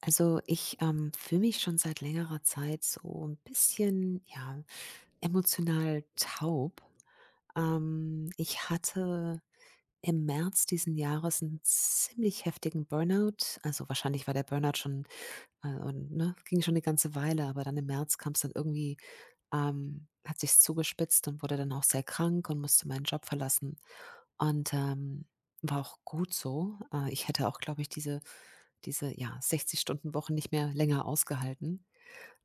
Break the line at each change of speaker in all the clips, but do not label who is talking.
Also, ich, fühle mich schon seit längerer Zeit so ein bisschen, ja, emotional taub. Ich hatte im März diesen Jahres einen ziemlich heftigen Burnout. Also, wahrscheinlich war der Burnout schon, und ne, ging schon eine ganze Weile, aber dann im März kam es dann irgendwie hat sich zugespitzt und wurde dann auch sehr krank und musste meinen Job verlassen. Und, war auch gut so. Ich hätte auch, glaube ich, diese, ja, 60-Stunden-Wochen nicht mehr länger ausgehalten.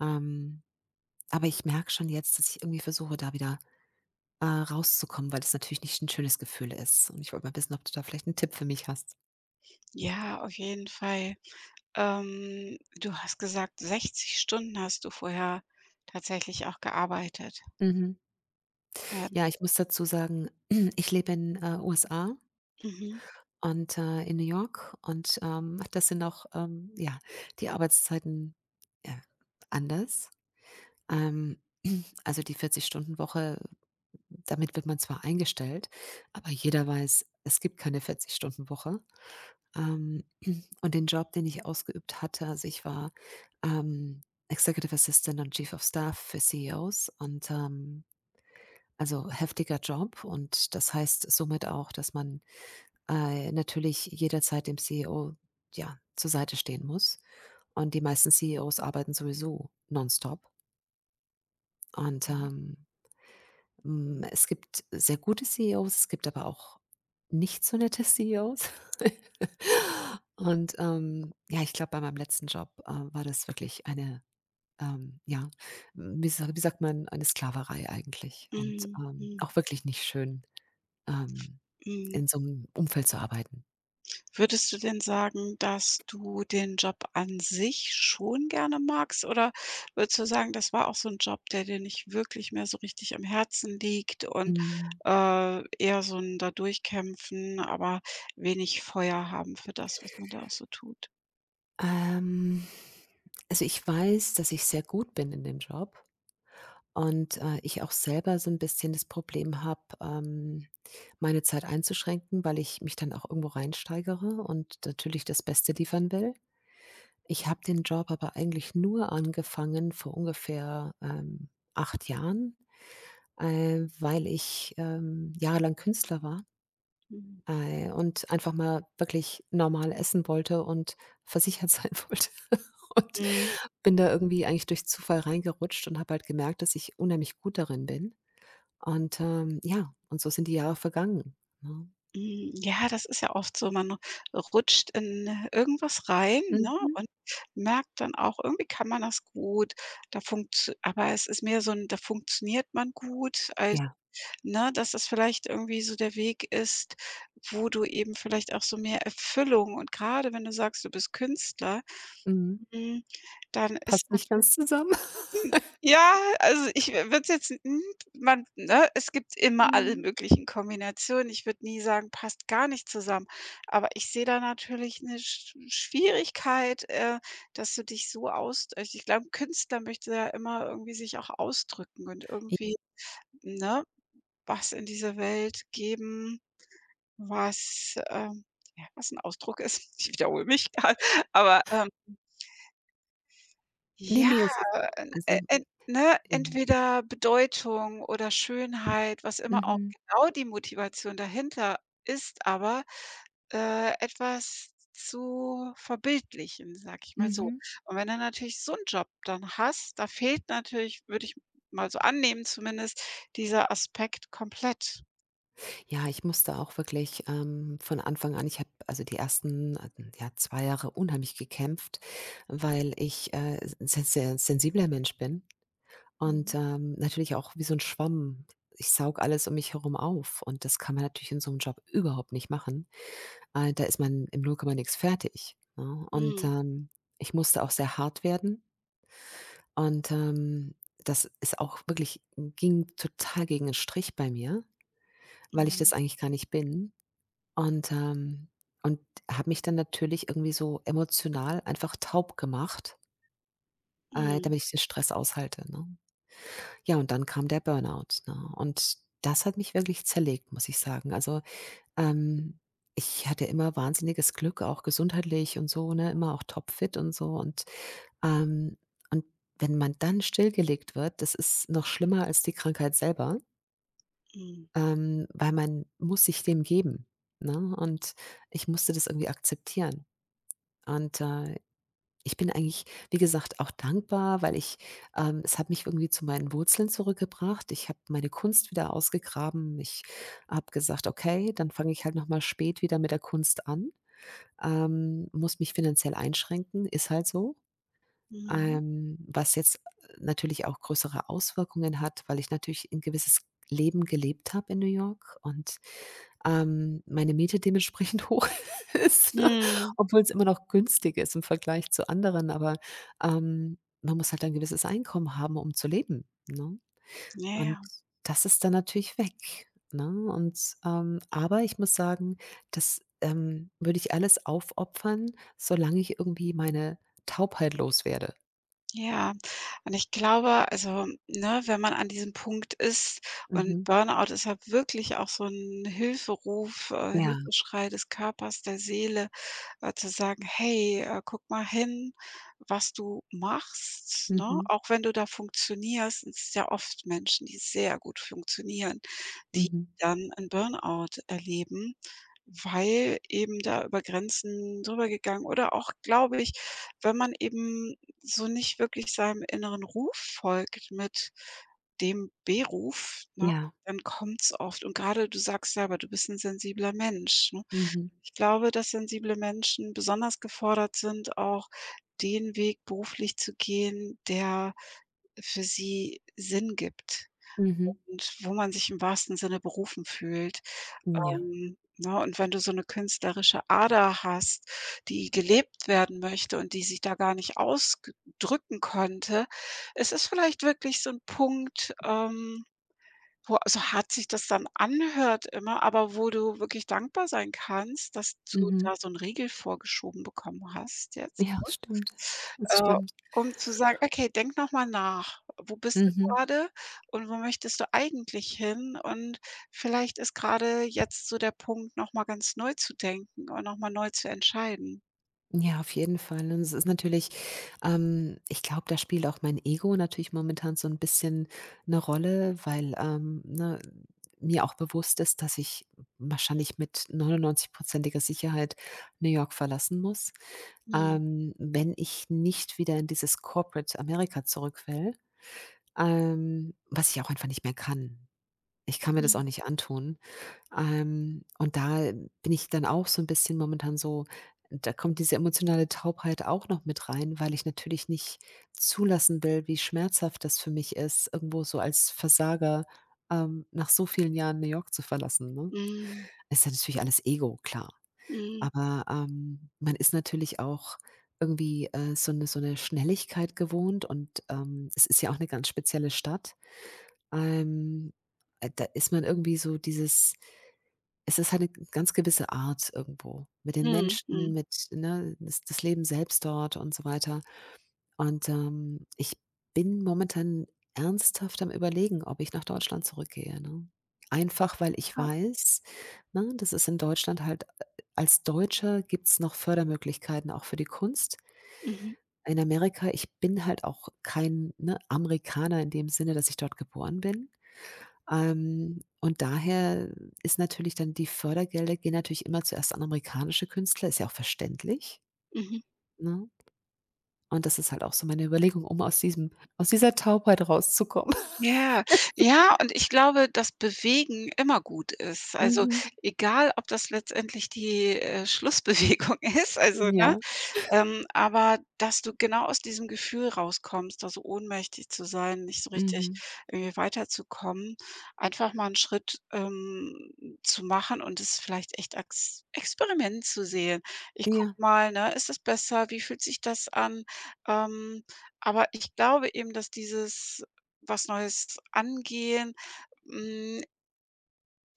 Ähm, aber ich merke schon jetzt, dass ich irgendwie versuche, da wieder, rauszukommen, weil das natürlich nicht ein schönes Gefühl ist. Und ich wollte mal wissen, ob du da vielleicht einen Tipp für mich hast.
Ja, auf jeden Fall. Du hast gesagt, 60 Stunden hast du vorher tatsächlich auch gearbeitet.
Mhm.
Ähm,
Ja, ich muss dazu sagen, ich lebe in, USA
mhm.
und, in New York, und, das sind auch, ja, die Arbeitszeiten, ja, anders. Ähm, also, die 40-Stunden-Woche, damit wird man zwar eingestellt, aber jeder weiß, es gibt keine 40-Stunden-Woche. Ähm, und den Job, den ich ausgeübt hatte, also ich war, ähm, Executive Assistant und Chief of Staff für CEOs, und also heftiger Job, und das heißt somit auch, dass man, natürlich jederzeit dem CEO, ja, zur Seite stehen muss. Und die meisten CEOs arbeiten sowieso nonstop und,
Mhm.
es gibt sehr gute CEOs, es gibt aber auch nicht so nette CEOs. Und, ja, ich glaube, bei meinem letzten Job, war das wirklich eine, ja, wie sagt man, eine Sklaverei eigentlich, und,
Mhm, mhm,
auch wirklich nicht schön, ähm,
mhm.
in so einem Umfeld zu arbeiten.
Würdest du denn sagen, dass du den Job an sich schon gerne magst? Oder würdest du sagen, das war auch so ein Job, der dir nicht wirklich mehr so richtig am Herzen liegt und,
Mhm.
eher so ein da durchkämpfen, aber wenig Feuer haben für das, was man da auch so tut?
Ähm, also, ich weiß, dass ich sehr gut bin in dem Job. Und, ich auch selber so ein bisschen das Problem habe, meine Zeit einzuschränken, weil ich mich dann auch irgendwo reinsteigere und natürlich das Beste liefern will. Ich habe den Job aber eigentlich nur angefangen vor ungefähr, 8 Jahren, weil ich, jahrelang Künstler war,
Mhm.
und einfach mal wirklich normal essen wollte und versichert sein wollte. Und
Mhm.
bin da irgendwie eigentlich durch Zufall reingerutscht und habe halt gemerkt, dass ich unheimlich gut darin bin. Und, ja, und so sind die Jahre vergangen, ne?
Hm, ja, das ist ja oft so, man rutscht in irgendwas rein, ne,
Mhm.
und merkt dann auch, irgendwie kann man das gut, da funktio aber es ist mehr so 'n da funktioniert man gut, als
Ja,
ne, dass das vielleicht irgendwie so der Weg ist, wo du eben vielleicht auch so mehr Erfüllung und grade wenn du sagst, du bist Künstler,
mhm.
hm, dann ist
Passt nicht
natür
ganz zusammen.
hm, ja, also, ich würde es jetzt hm, man ne, es gibt immer alle
Mhm.
möglichen Kombinationen. Ich würde nie sagen, passt gar nicht zusammen. Aber ich sehe da natürlich eine Schwierigkeit, dass du dich so aus also, ich glaube, 'n Künstler möchte ja immer irgendwie sich auch ausdrücken und
J
irgendwie, ne, was in diese Welt geben, was, ja, was ein Ausdruck ist. Ich wiederhole mich grad, aber,
ne,
ja,
ne, es ist
en e
also,
en ne,
ähm
entweder Bedeutung oder Schönheit, was immer auch
mhm,
genau die Motivation dahinter ist, aber, etwas zu verbildlichen, sage ich mal so.
mhm.
Und wenn du natürlich so 'n Job dann hast, da fehlt natürlich, würde ich mal so annehmen zumindest, dieser Aspekt komplett.
Ja, ich musste auch wirklich, von Anfang an, ich habe also die ersten, ja, 2 Jahre unheimlich gekämpft, weil ich, se sehr sehr sensibler Mensch bin
Mhm.
und, natürlich auch wie so ein Schwamm. Ich saug alles um mich herum auf, und das kann man natürlich in so einem Job überhaupt nicht machen. Da ist man im Null Komma nix fertig, ne? Und,
Mhm.
ich musste auch sehr hart werden und, das ist auch wirklich ging total gegen den Strich bei mir, weil ich
Mhm.
das eigentlich gar nicht bin, und, ähm und habe mich dann natürlich irgendwie so emotional einfach taub gemacht,
Mhm.
damit ich den Stress aushalte, ne? Ja, und dann kam der Burnout, ne? Und das hat mich wirklich zerlegt, muss ich sagen. Also, Ähm, ich hatte immer wahnsinniges Glück, auch gesundheitlich und so, ne, immer auch topfit und so, ähm und wenn man dann stillgelegt wird, das ist noch schlimmer als die Krankheit selber,
Mhm.
weil man muss sich dem geben, ne? Und ich musste das irgendwie akzeptieren. Und, ich bin eigentlich, wie gesagt, auch dankbar, weil ich es hat mich irgendwie zu meinen Wurzeln zurückgebracht. Ich habe meine Kunst wieder ausgegraben. Ich habe gesagt: „Okay, dann fange ich halt noch mal spät wieder mit der Kunst an." Muss mich finanziell einschränken, ist halt so.
Mhm.
Was jetzt natürlich auch größere Auswirkungen hat, weil ich natürlich 'n gewisses Leben gelebt habe in New York, und, meine Miete dementsprechend hoch ist, ne?
Mhm.
Obwohl es immer noch günstig ist im Vergleich zu anderen, aber, man muss halt ein gewisses Einkommen haben, um zu leben, ne?
Ja,
Und
ja.
das ist dann natürlich weg, ne? Und, aber ich muss sagen, das, würde ich alles aufopfern, solange ich irgendwie meine Taubheit loswerde.
Ja, und ich glaube, also, ne, wenn man an diesem Punkt ist und
Mhm.
Burnout ist ja wirklich auch so 'n Hilferuf,
Ja.
Hilfeschrei des Körpers, der Seele, zu sagen: „Hey, guck mal hin, was du machst", ne?
Mhm.
Auch wenn du da funktionierst es ist ja oft Menschen, die sehr gut funktionieren, die
Mhm.
dann 'n Burnout erleben, weil eben da über Grenzen drüber gegangen oder auch, glaube ich, wenn man eben so nicht wirklich seinem inneren Ruf folgt mit dem Beruf, ne,
Ja.
dann kommt es oft. Und gerade du sagst selber, du bist ein sensibler Mensch, ne?
Mhm.
Ich glaube, dass sensible Menschen besonders gefordert sind, auch den Weg beruflich zu gehen, der für sie Sinn gibt
Mhm.
und wo man sich im wahrsten Sinne berufen fühlt.
Ja.
Ne, und wenn du so 'ne künstlerische Ader hast, die gelebt werden möchte und die sich da gar nicht ausdrücken konnte, es ist vielleicht wirklich so 'n Punkt, Boah, so hart sich das dann anhört immer, aber wo du wirklich dankbar sein kannst, dass du
Mhm.
da so 'n Riegel vorgeschoben bekommen hast jetzt,
Ja,
ne?
stimmt. Das
Äh,
stimmt.
um zu sagen: „Okay, denk noch mal nach. Wo bist du
Mhm.
grade und wo möchtest du eigentlich hin?" Und vielleicht ist grade jetzt so der Punkt, noch mal ganz neu zu denken und noch mal neu zu entscheiden.
Ja, auf jeden Fall. Und es ist natürlich ich glaube, da spielt auch mein Ego natürlich momentan so ein bisschen eine Rolle, weil, ne, mir auch bewusst ist, dass ich wahrscheinlich mit 99-prozentiger Sicherheit New York verlassen muss,
Mhm.
wenn ich nicht wieder in dieses Corporate Amerika zurück will, was ich auch einfach nicht mehr kann. Ich kann mir das
Mhm.
auch nicht antun. Und da bin ich dann auch so ein bisschen momentan so, da kommt diese emotionale Taubheit auch noch mit rein, weil ich natürlich nicht zulassen will, wie schmerzhaft das für mich ist, irgendwo so als Versager, nach so vielen Jahren New York zu verlassen, ne?
Mhm.
Ist ja natürlich alles Ego, klar.
Mhm.
Aber, man ist natürlich auch irgendwie, so 'ne Schnelligkeit gewohnt, und, es ist ja auch eine ganz spezielle Stadt. Ähm, da ist man irgendwie so dieses, es ist halt 'ne ganz gewisse Art irgendwo mit den
Mhm.
Menschen,
Mhm.
mit ne, das das Leben selbst dort und so weiter. Und, ich bin momentan ernsthaft am Überlegen, ob ich nach Deutschland zurückgehe, ne? Einfach, weil ich
Ja.
weiß, ne, das ist in Deutschland halt, als Deutscher gibt's noch Fördermöglichkeiten auch für die Kunst.
Mhm.
In Amerika, ich bin halt auch kein, ne, Amerikaner in dem Sinne, dass ich dort geboren bin. Und daher ist natürlich dann, die Fördergelder gehen natürlich immer zuerst an amerikanische Künstler, ist ja auch verständlich,
Mhm.
ne? Und das ist halt auch so meine Überlegung, um aus dieser Taubheit rauszukommen.
Ja, ja, und ich glaube, dass Bewegen immer gut ist. Also,
Mhm.
egal, ob das letztendlich die, Schlussbewegung ist, also, ne,
Ja.
aber dass du genau aus diesem Gefühl rauskommst, also ohnmächtig zu sein, nicht so richtig
Mhm.
irgendwie weiterzukommen, einfach mal 'n Schritt, zu machen und es vielleicht echt als Experiment zu sehen. Ich gucke
Ja.
mal, ne, ist das besser? Wie fühlt sich das an? Ähm, aber ich glaube eben, dass dieses was Neues angehen, hm,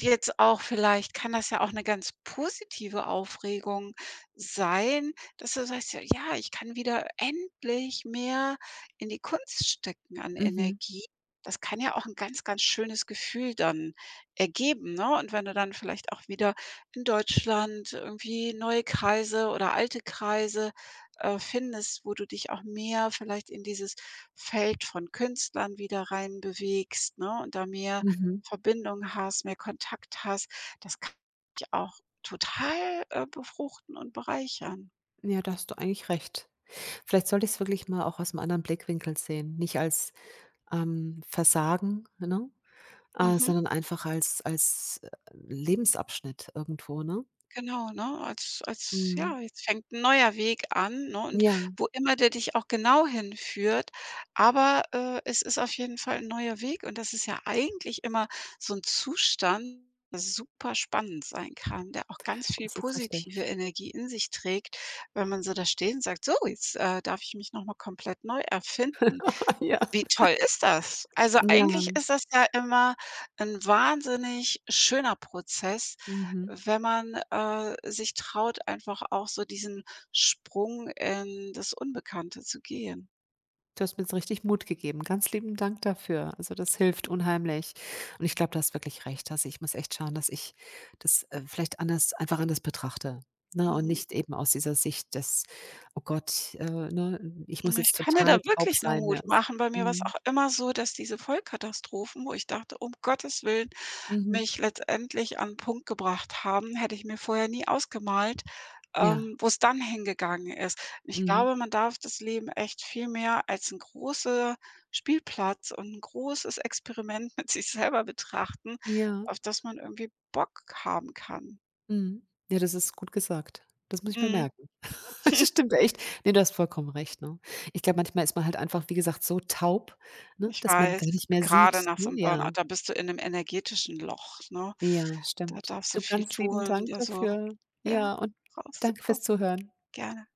jetzt auch vielleicht kann das ja auch eine ganz positive Aufregung sein, dass du sagst: „Ja, ja, ich kann wieder endlich mehr in die Kunst stecken an
Mhm.
Energie." Das kann ja auch ein ganz, ganz schönes Gefühl dann ergeben, ne? Und wenn du dann vielleicht auch wieder in Deutschland irgendwie neue Kreise oder alte Kreise, findest, wo du dich auch mehr vielleicht in dieses Feld von Künstlern wieder reinbewegst, ne, und da mehr
Mhm.
Verbindung hast, mehr Kontakt hast. Das kann dich auch total, befruchten und bereichern.
Ja, da hast du eigentlich recht. Vielleicht sollte ich es wirklich mal auch aus einem anderen Blickwinkel sehen. Nicht als, Versagen, ne,
Mhm,
sondern einfach als, Lebensabschnitt irgendwo, ne?
genau, ne? Als als
Mhm.
ja, jetzt fängt 'n neuer Weg an, ne, und
Ja,
wo immer der dich auch genau hinführt, aber, es ist auf jeden Fall ein neuer Weg und das ist ja eigentlich immer so ein Zustand, der super spannend sein kann, der auch ganz viel
das ist
positive
richtig.
Energie in sich trägt, wenn man so da steht und sagt: „So, jetzt, darf ich mich noch mal komplett neu erfinden."
Ja.
Wie toll ist das? Also,
Ja,
eigentlich ist das ja immer 'n wahnsinnig schöner Prozess,
mhm.
wenn man, sich traut, einfach auch so diesen Sprung in das Unbekannte zu gehen.
Du hast mir jetzt richtig Mut gegeben. Ganz lieben Dank dafür. Also, das hilft unheimlich. Und ich glaube, du hast wirklich recht. Also, ich muss echt schauen, dass ich das, vielleicht anders, einfach anders betrachte, ne? Und
Mhm.
nicht eben aus dieser Sicht, dass „Oh Gott, ne, ich muss
Ich
jetzt
kann dir da
total taub
wirklich nur
sein", mehr.
Mut machen. Bei mir war's
Mhm.
auch immer so, dass diese Vollkatastrophen, wo ich dachte: „Um Gottes Willen,
Mhm.
mich letztendlich an 'n Punkt gebracht haben, hätte ich mir vorher nie ausgemalt,
Ja.
wo's dann hingegangen ist. Ich
Mhm.
glaube, man darf das Leben echt viel mehr als 'n großer Spielplatz und 'n großes Experiment mit sich selber betrachten,
Ja.
auf das man irgendwie Bock haben kann.
Mhm. Ja, das ist gut gesagt. Das muss ich mir
Mhm,
merken. Das stimmt echt. Ne, du hast vollkommen recht, ne? Ich glaube, manchmal ist man halt einfach, wie gesagt, so taub, ne,
ich
dass man
weiß,
gar nicht mehr sieht,
grade nach so
ne?
'nem Burnout,
Ja.
da bist du in 'nem energetischen Loch, ne?
Ja,
Da
stimmt.
darfst du
Du,
viel
ganz lieben
tun,
Dank
dir so
dafür.
ja,
Ja, und danke
rauszukommen.
fürs Zuhören.
Gerne.